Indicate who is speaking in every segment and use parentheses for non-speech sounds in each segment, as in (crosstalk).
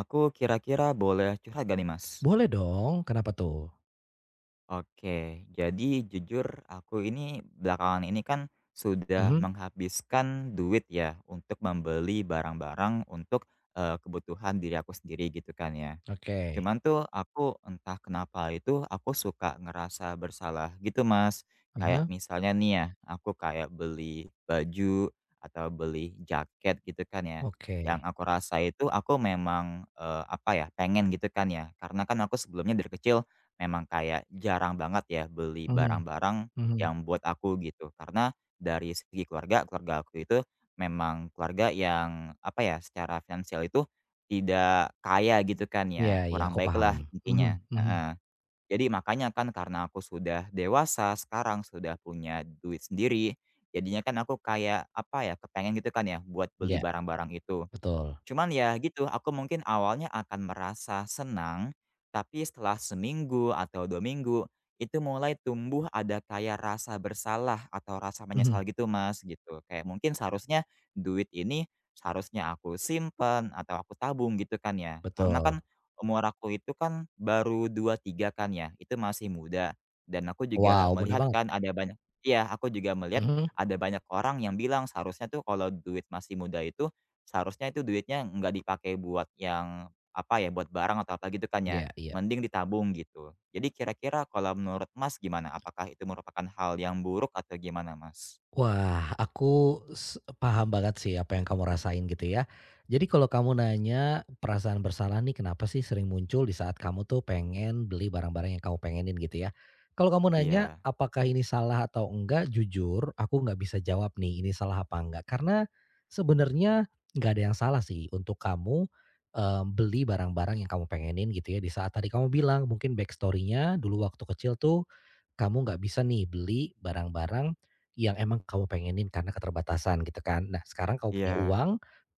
Speaker 1: Aku kira-kira boleh curhat gak nih, Mas?
Speaker 2: Boleh dong, kenapa tuh?
Speaker 1: Oke, jadi jujur aku ini belakangan ini kan sudah
Speaker 2: Mhm,
Speaker 1: menghabiskan duit ya untuk membeli barang-barang untuk, kebutuhan diri aku sendiri gitu kan ya.
Speaker 2: oke.
Speaker 1: Cuman tuh aku entah kenapa itu aku suka ngerasa bersalah gitu, Mas. Kayak
Speaker 2: Ah,
Speaker 1: misalnya nih ya, aku kayak beli baju atau beli jaket gitu kan ya,
Speaker 2: oke.
Speaker 1: yang aku rasa itu aku memang, apa ya, pengen gitu kan ya. Karena kan aku sebelumnya dari kecil memang kayak jarang banget ya beli
Speaker 2: Mhm
Speaker 1: barang-barang
Speaker 2: mhm.
Speaker 1: yang buat aku gitu. Karena dari segi keluarga, keluarga aku itu memang keluarga yang apa ya, secara finansial itu tidak kaya gitu kan
Speaker 2: Iya
Speaker 1: ya,
Speaker 2: iya,
Speaker 1: kurang
Speaker 2: aku paham.
Speaker 1: baiklah
Speaker 2: Mhm
Speaker 1: intinya,
Speaker 2: mhm.
Speaker 1: heeh. Jadi makanya kan karena aku sudah dewasa sekarang, sudah punya duit sendiri, jadinya kan aku kayak, apa ya, kepengen gitu kan ya buat
Speaker 2: Iya,
Speaker 1: beli barang-barang itu.
Speaker 2: betul.
Speaker 1: Cuman ya gitu, aku mungkin awalnya akan merasa senang, tapi setelah seminggu atau 2 minggu, itu mulai tumbuh ada kayak rasa bersalah atau rasa
Speaker 2: Mhm,
Speaker 1: menyesal gitu Mas, gitu. Kayak mungkin seharusnya duit ini, seharusnya aku simpen atau aku tabung gitu kan ya. Karena
Speaker 2: betul.
Speaker 1: kan umur aku itu kan baru dua tiga kan ya, itu masih muda. Dan aku juga
Speaker 2: Wow, mudah
Speaker 1: melihat
Speaker 2: banget.
Speaker 1: kan ada banyak, iya, aku juga melihat
Speaker 2: Mhm,
Speaker 1: ada banyak orang yang bilang seharusnya tuh kalau duit masih muda itu seharusnya itu duitnya nggak dipakai buat yang, apa ya, buat barang atau apa gitu kan ya,
Speaker 2: iya iya.
Speaker 1: mending ditabung gitu. Jadi kira-kira kalau menurut Mas gimana? Apakah itu merupakan hal yang buruk atau gimana Mas?
Speaker 2: Wah, aku paham banget sih apa yang kamu rasain gitu ya. Jadi kalau kamu nanya perasaan bersalah nih kenapa sih sering muncul di saat kamu tuh pengen beli barang-barang yang kamu pengenin gitu ya. Kalau kamu nanya
Speaker 1: Iya
Speaker 2: apakah ini salah atau enggak, jujur aku nggak bisa jawab nih ini salah apa enggak. Karena sebenarnya nggak ada yang salah sih untuk kamu, beli barang-barang yang kamu pengenin gitu ya di saat tadi kamu bilang mungkin backstory-nya dulu waktu kecil tuh, kamu nggak bisa nih beli barang-barang yang emang kamu pengenin karena keterbatasan gitu kan. Nah sekarang kamu punya
Speaker 1: iya.
Speaker 2: uang,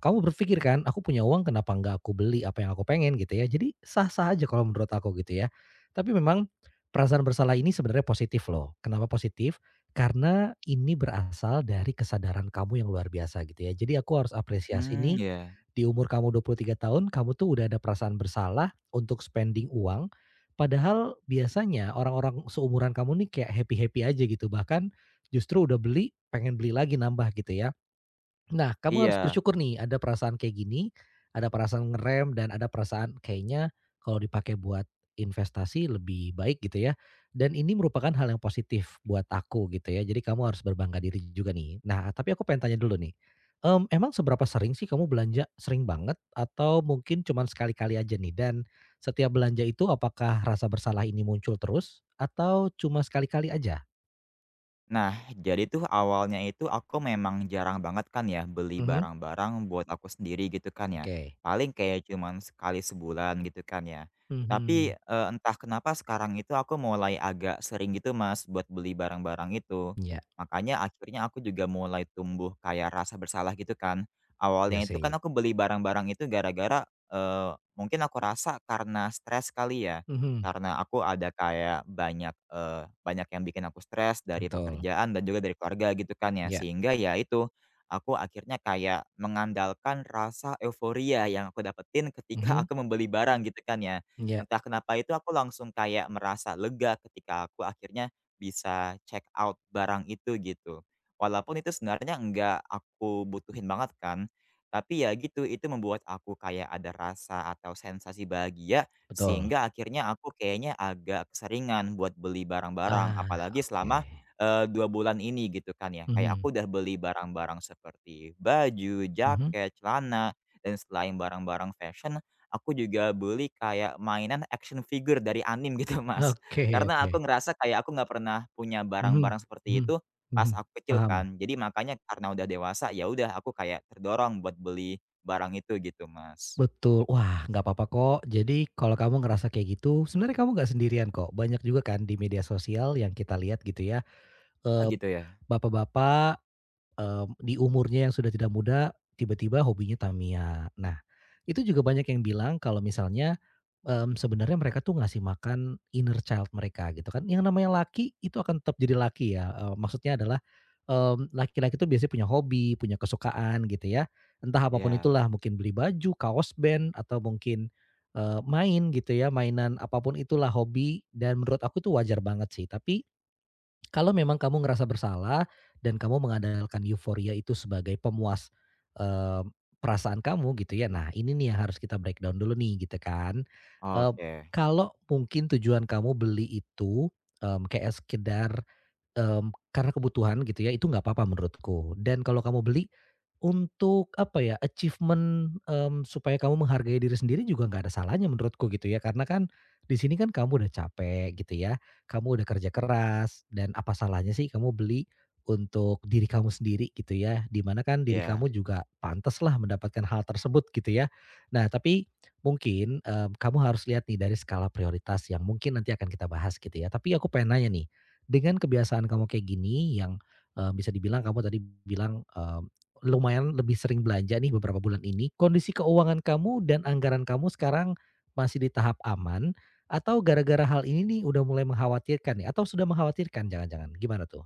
Speaker 2: kamu berpikir kan, "Aku punya uang kenapa nggak aku beli apa yang aku pengen?" gitu ya. Jadi sah-sah aja kalau menurut aku gitu ya. Tapi memang perasaan bersalah ini sebenarnya positif loh. Kenapa positif? Karena ini berasal dari kesadaran kamu yang luar biasa gitu ya. Jadi aku harus apresiasi
Speaker 1: Hmm,
Speaker 2: nih,
Speaker 1: iya.
Speaker 2: di umur kamu 23 tahun kamu tuh udah ada perasaan bersalah untuk spending uang. Padahal biasanya orang-orang seumuran kamu nih kayak happy-happy aja gitu bahkan justru udah beli, pengen beli lagi nambah gitu ya. Nah, kamu harus
Speaker 1: Iya.
Speaker 2: bersyukur nih ada perasaan kayak gini, ada perasaan ngerem dan ada perasaan kayaknya kalau dipakai buat investasi lebih baik gitu ya. Dan ini merupakan hal yang positif buat aku gitu ya. Jadi kamu harus berbangga diri juga nih. Nah, tapi aku pengen tanya dulu nih. Emang seberapa sering sih kamu belanja? Sering banget atau mungkin cuman sekali-kali aja nih? Dan setiap belanja itu apakah rasa bersalah ini muncul terus atau cuma sekali-kali aja?
Speaker 1: Nah, jadi tuh awalnya itu aku memang jarang banget kan ya beli
Speaker 2: Mhm,
Speaker 1: barang-barang buat aku sendiri gitu kan ya.
Speaker 2: oke.
Speaker 1: Paling kayak cuman sekali sebulan gitu kan ya.
Speaker 2: Mhm,
Speaker 1: Tapi entah kenapa sekarang itu aku mulai agak sering gitu Mas buat beli barang-barang itu.
Speaker 2: iya
Speaker 1: Makanya akhirnya aku juga mulai tumbuh kayak rasa bersalah gitu kan.
Speaker 2: iya
Speaker 1: Awalnya itu kan
Speaker 2: sih,
Speaker 1: aku beli barang-barang itu gara-gara mungkin aku rasa karena stres kali ya
Speaker 2: mhm,
Speaker 1: karena aku ada kayak banyak yang bikin aku stres dari
Speaker 2: betul,
Speaker 1: pekerjaan dan juga dari keluarga gitu kan ya,
Speaker 2: iya,
Speaker 1: sehingga ya itu, aku akhirnya kayak mengandalkan rasa euforia yang aku dapetin ketika
Speaker 2: mhm,
Speaker 1: aku membeli barang gitu kan ya.
Speaker 2: iya,
Speaker 1: Entah kenapa itu aku langsung kayak merasa lega ketika aku akhirnya bisa check out barang itu gitu. Walaupun itu sebenarnya enggak aku butuhin banget kan, tapi ya gitu, itu membuat aku kayak ada rasa atau sensasi bahagia
Speaker 2: betul.
Speaker 1: sehingga akhirnya aku kayaknya agak keseringan buat beli barang-barang,
Speaker 2: Wah,
Speaker 1: apalagi
Speaker 2: oke,
Speaker 1: selama, 2 bulan ini gitu kan ya. Kayak
Speaker 2: mhm,
Speaker 1: aku udah beli barang-barang seperti baju,
Speaker 2: mhm,
Speaker 1: jaket, celana, dan selain barang-barang fashion, aku juga beli kayak mainan action figure dari anime gitu, (laughs) Mas.
Speaker 2: oke
Speaker 1: Karena
Speaker 2: oke,
Speaker 1: aku ngerasa kayak aku nggak pernah punya
Speaker 2: mhm
Speaker 1: barang-barang seperti
Speaker 2: mhm
Speaker 1: itu pas
Speaker 2: mhm,
Speaker 1: aku kecil
Speaker 2: paham,
Speaker 1: kan. Jadi makanya karena udah dewasa, ya udah aku kayak terdorong buat beli barang itu gitu, Mas.
Speaker 2: betul. Wah, nggak apa-apa kok, jadi kalau kamu ngerasa kayak gitu, sebenarnya kamu nggak sendirian kok, banyak juga kan di media sosial yang kita lihat gitu ya,
Speaker 1: Oh
Speaker 2: eee,
Speaker 1: gitu ya?
Speaker 2: bapak-bapak. Di umurnya yang sudah tidak muda, tiba-tiba hobinya Tamiya. Nah, itu juga banyak yang bilang kalau misalnya, sebenarnya mereka tuh ngasih makan inner child mereka gitu kan. Yang namanya laki itu akan tetap jadi laki ya, maksudnya adalah, laki-laki tuh biasanya punya hobi, punya kesukaan gitu ya. Entah apapun
Speaker 1: Ya.
Speaker 2: itulah, mungkin beli baju, kaos band, atau mungkin, main gitu ya, mainan apapun itulah hobi dan menurut aku itu wajar banget sih. Tapi kalau memang kamu ngerasa bersalah dan kamu mengandalkan euforia itu sebagai pemuas, eee, perasaan kamu gitu ya, nah ini nih yang harus kita breakdown dulu nih gitu kan. Eee,
Speaker 1: Oke,
Speaker 2: Kalau mungkin tujuan kamu beli itu, kayak sekedar, karena kebutuhan gitu ya, itu nggak apa-apa menurutku. Dan kalau kamu beli untuk apa ya, achievement, supaya kamu menghargai diri sendiri juga nggak ada salahnya menurutku gitu ya, karena kan di sini kan kamu udah capek gitu ya, kamu udah kerja keras dan apa salahnya sih kamu beli untuk diri kamu sendiri gitu ya, di mana kan diri
Speaker 1: iya.
Speaker 2: kamu juga pantas lah mendapatkan hal tersebut gitu ya. Nah tapi mungkin, kamu harus lihat nih dari skala prioritas yang mungkin nanti akan kita bahas gitu ya. Tapi aku pengen nanya nih, dengan kebiasaan kamu kayak gini yang, bisa dibilang kamu tadi bilang, lumayan lebih sering belanja nih beberapa bulan ini, kondisi keuangan kamu dan anggaran kamu sekarang masih di tahap aman atau gara-gara hal ini nih udah mulai mengkhawatirkan nih atau sudah mengkhawatirkan jangan-jangan, gimana tuh?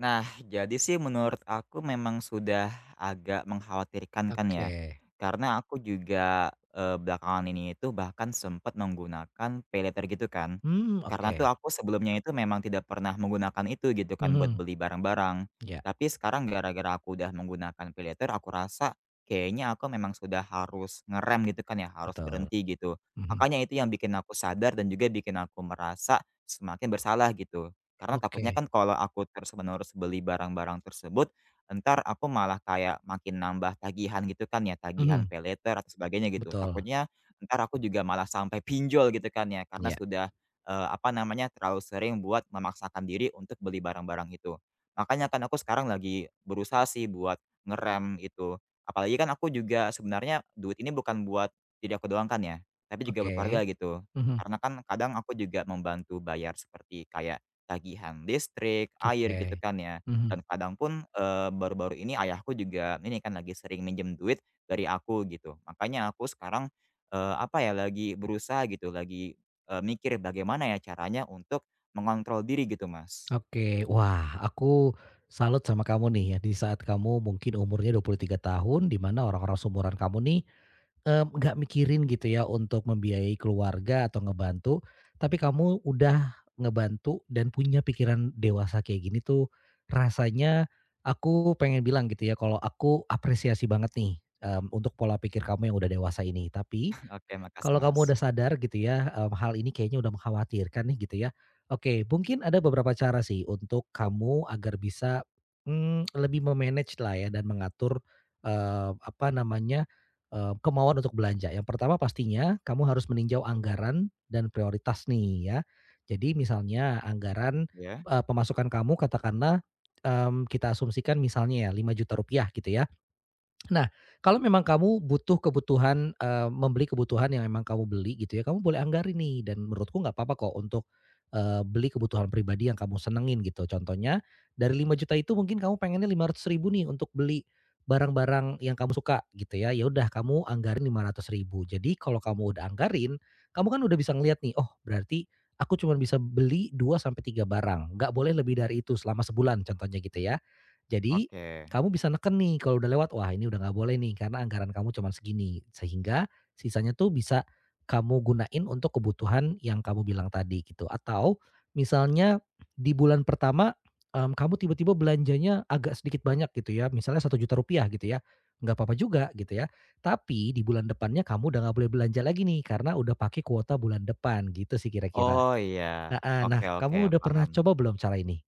Speaker 1: Nah, jadi sih menurut aku memang sudah agak mengkhawatirkan kan ya.
Speaker 2: Oke.
Speaker 1: Karena aku juga, belakangan ini itu bahkan sempat menggunakan paylater gitu kan.
Speaker 2: Mmm,
Speaker 1: Karena
Speaker 2: oke.
Speaker 1: tuh aku sebelumnya itu memang tidak pernah menggunakan itu gitu kan buat
Speaker 2: Mhm.
Speaker 1: beli barang-barang.
Speaker 2: Ya,
Speaker 1: Tapi sekarang gara-gara aku udah menggunakan paylater, aku rasa kayaknya aku memang sudah harus ngerem gitu kan ya, harus
Speaker 2: betul.
Speaker 1: berhenti gitu.
Speaker 2: Mhm.
Speaker 1: Makanya itu yang bikin aku sadar dan juga bikin aku merasa semakin bersalah gitu. Karena takutnya
Speaker 2: Oke.
Speaker 1: kan kalau aku terus-menerus beli barang-barang tersebut, entar aku malah kayak makin nambah tagihan gitu kan ya, tagihan
Speaker 2: Mhm.
Speaker 1: paylater atau sebagainya gitu.
Speaker 2: Betul.
Speaker 1: Takutnya entar aku juga malah sampai (laughs) pinjol gitu kan ya, karena
Speaker 2: Ya.
Speaker 1: sudah, apa namanya, terlalu sering buat memaksakan diri untuk beli barang-barang itu. Makanya kan aku sekarang lagi berusaha sih buat ngerem itu. Apalagi kan aku juga sebenarnya duit ini bukan buat diri aku doang kan ya, tapi juga buat
Speaker 2: Oke.
Speaker 1: keluarga gitu.
Speaker 2: Mhm.
Speaker 1: Karena kan kadang aku juga membantu bayar seperti kayak tagihan listrik, air gitu
Speaker 2: Oke.
Speaker 1: kan ya,
Speaker 2: Mhm.
Speaker 1: dan kadang pun, baru-baru ini ayahku juga ini kan lagi sering minjem duit dari aku gitu. Makanya aku sekarang, apa ya, lagi berusaha gitu, lagi, mikir bagaimana ya caranya untuk mengontrol diri gitu, Mas.
Speaker 2: Oke. Wah, aku salut sama kamu nih ya di saat kamu mungkin umurnya 23 tahun di mana orang-orang seumuran kamu nih. Nggak mikirin gitu ya untuk membiayai keluarga atau ngebantu, tapi kamu udah ngebantu dan punya pikiran dewasa kayak gini tuh, rasanya aku pengen bilang gitu ya kalau aku apresiasi banget nih, untuk pola pikir kamu yang udah dewasa ini. Tapi,
Speaker 1: (laughs) Oke, makasih
Speaker 2: kalau kamu
Speaker 1: Mas.
Speaker 2: udah sadar gitu ya, hal ini kayaknya udah mengkhawatirkan nih gitu ya. Oke, mungkin ada beberapa cara sih untuk kamu agar bisa, lebih memanage lah ya dan mengatur, apa namanya, kemauan untuk belanja. Yang pertama pastinya kamu harus meninjau anggaran dan prioritas nih ya. Jadi misalnya anggaran,
Speaker 1: Ya.
Speaker 2: pemasukan kamu katakanlah, kita asumsikan misalnya ya 5 juta rupiah gitu ya. Nah, kalau memang kamu butuh kebutuhan, membeli kebutuhan yang memang kamu beli gitu ya, kamu boleh anggarin nih dan menurutku nggak apa-apa kok untuk, beli kebutuhan pribadi yang kamu senengin gitu. Contohnya dari 5 juta itu mungkin kamu pengennya 500 ribu nih untuk beli barang-barang yang kamu suka gitu ya, ya udah kamu anggarin 500 ribu. Jadi kalau kamu udah anggarin, kamu kan udah bisa ngeliat nih, "Oh berarti aku cuma bisa beli 2 sampai 3 barang, nggak boleh lebih dari itu selama sebulan," contohnya gitu ya. Jadi
Speaker 1: Oke.
Speaker 2: kamu bisa neken nih kalau udah lewat, wah ini udah nggak boleh nih karena anggaran kamu cuman segini. Sehingga sisanya tuh bisa kamu gunain untuk kebutuhan yang kamu bilang tadi gitu. Atau misalnya di bulan pertama, kamu tiba-tiba belanjanya agak sedikit banyak gitu ya, misalnya 1 juta rupiah gitu ya, nggak apa-apa juga gitu ya. Tapi di bulan depannya kamu udah nggak boleh belanja lagi nih karena udah pakai kuota bulan depan gitu sih kira-kira.
Speaker 1: Oh iya.
Speaker 2: Heeh,
Speaker 1: Oke
Speaker 2: nah
Speaker 1: oke,
Speaker 2: kamu udah pernah
Speaker 1: paham.
Speaker 2: coba belum cara ini?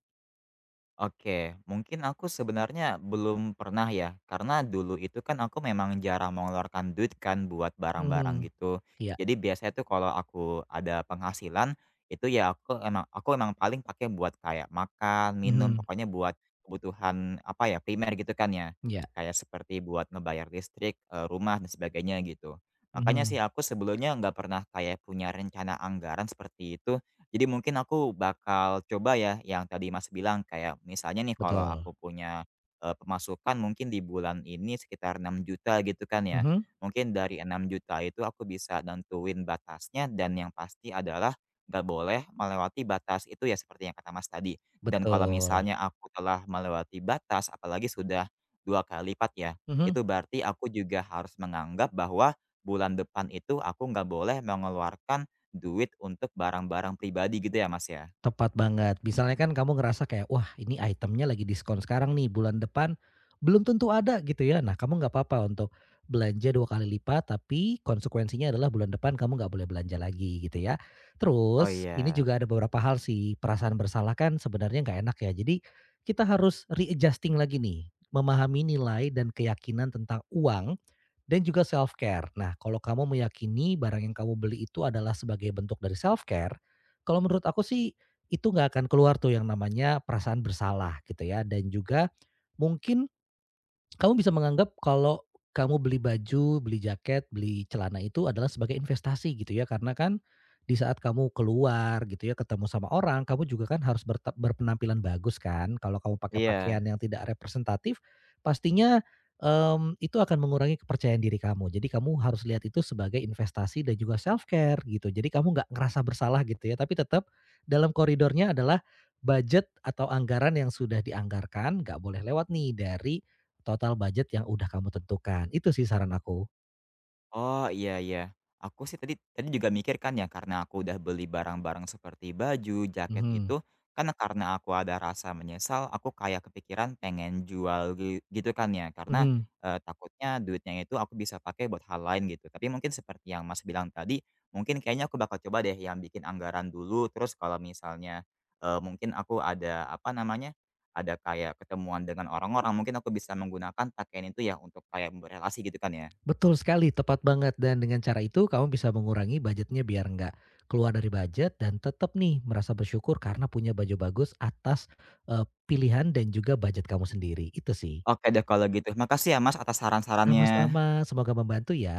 Speaker 1: Oke, mungkin aku sebenarnya belum pernah ya, karena dulu itu kan aku memang jarang mengeluarkan duit kan buat
Speaker 2: Mhm,
Speaker 1: barang-barang gitu.
Speaker 2: iya,
Speaker 1: Jadi biasanya tuh kalau aku ada penghasilan itu ya aku emang paling pakai buat kayak makan, minum,
Speaker 2: mhm,
Speaker 1: pokoknya buat kebutuhan apa ya, primer gitu kan ya.
Speaker 2: iya,
Speaker 1: Kayak seperti buat ngebayar listrik, rumah dan sebagainya gitu. Makanya
Speaker 2: mhm.
Speaker 1: sih aku sebelumnya nggak pernah kayak punya rencana anggaran seperti itu jadi mungkin aku bakal coba ya yang tadi Mas bilang kayak misalnya nih kalau
Speaker 2: Betul.
Speaker 1: aku punya, pemasukan mungkin di bulan ini sekitar 6 juta gitu kan ya.
Speaker 2: Mhm.
Speaker 1: Mungkin dari 6 juta itu aku bisa nentuin batasnya dan yang pasti adalah nggak boleh melewati batas itu ya seperti yang kata Mas tadi. Dan kalau
Speaker 2: Betul.
Speaker 1: misalnya aku telah melewati batas apalagi sudah 2 kali lipat ya,
Speaker 2: Mhm.
Speaker 1: itu berarti aku juga harus menganggap bahwa bulan depan itu aku nggak boleh mengeluarkan duit untuk barang-barang pribadi gitu ya, Mas, ya?
Speaker 2: Tepat banget. Misalnya kan kamu ngerasa kayak, "Wah, ini itemnya lagi diskon sekarang nih, bulan depan belum tentu ada," gitu ya. Nah, kamu nggak apa-apa untuk belanja 2 kali lipat, tapi konsekuensinya adalah bulan depan kamu nggak boleh belanja lagi, gitu ya.
Speaker 1: Oh
Speaker 2: Terus ini
Speaker 1: iya,
Speaker 2: juga ada beberapa hal sih, perasaan bersalah kan sebenarnya nggak enak ya. Jadi kita harus readjusting lagi nih, memahami nilai dan keyakinan tentang uang. Dan juga self care. Nah, kalau kamu meyakini barang yang kamu beli itu adalah sebagai bentuk dari self care, kalau menurut aku sih itu nggak akan keluar tuh yang namanya perasaan bersalah gitu ya dan juga mungkin kamu bisa menganggap kalau kamu beli baju, beli jaket, beli celana itu adalah sebagai investasi gitu ya, karena kan di saat kamu keluar gitu ya, ketemu sama orang, kamu juga kan harus bertap berpenampilan bagus kan. Kalau kamu pakai pakaian
Speaker 1: iya.
Speaker 2: yang tidak representatif, pastinya, itu akan mengurangi kepercayaan diri kamu. Jadi kamu harus lihat itu sebagai investasi dan juga self care gitu. Jadi kamu nggak ngerasa bersalah gitu ya, tapi tetap dalam koridornya adalah budget atau anggaran yang sudah dianggarkan, nggak boleh lewat nih dari total budget yang udah kamu tentukan, itu sih saran aku.
Speaker 1: Oh, iya, iya. Aku sih tadi tadi juga mikir kan ya karena aku udah beli barang-barang seperti baju, jaket
Speaker 2: Mhm.
Speaker 1: itu, kan karena aku ada rasa menyesal, aku kayak kepikiran pengen jual gitu kan ya. Karena,
Speaker 2: Mhm.
Speaker 1: takutnya duitnya itu aku bisa pakai buat hal lain gitu. Tapi mungkin seperti yang Mas bilang tadi, mungkin kayaknya aku bakal coba deh yang bikin anggaran dulu, terus kalau misalnya, mungkin aku ada, apa namanya, ada kayak ketemuan dengan orang-orang, mungkin aku bisa menggunakan pakaian itu ya untuk kayak berrelasi gitu kan ya?
Speaker 2: Betul sekali, tepat banget dan dengan cara itu kamu bisa mengurangi budgetnya biar nggak keluar dari budget dan tetap nih merasa bersyukur karena punya baju bagus atas, pilihan dan juga budget kamu sendiri, itu sih.
Speaker 1: Oke deh kalau gitu. Makasih ya Mas atas saran-sarannya.
Speaker 2: Sama-sama, semoga membantu ya.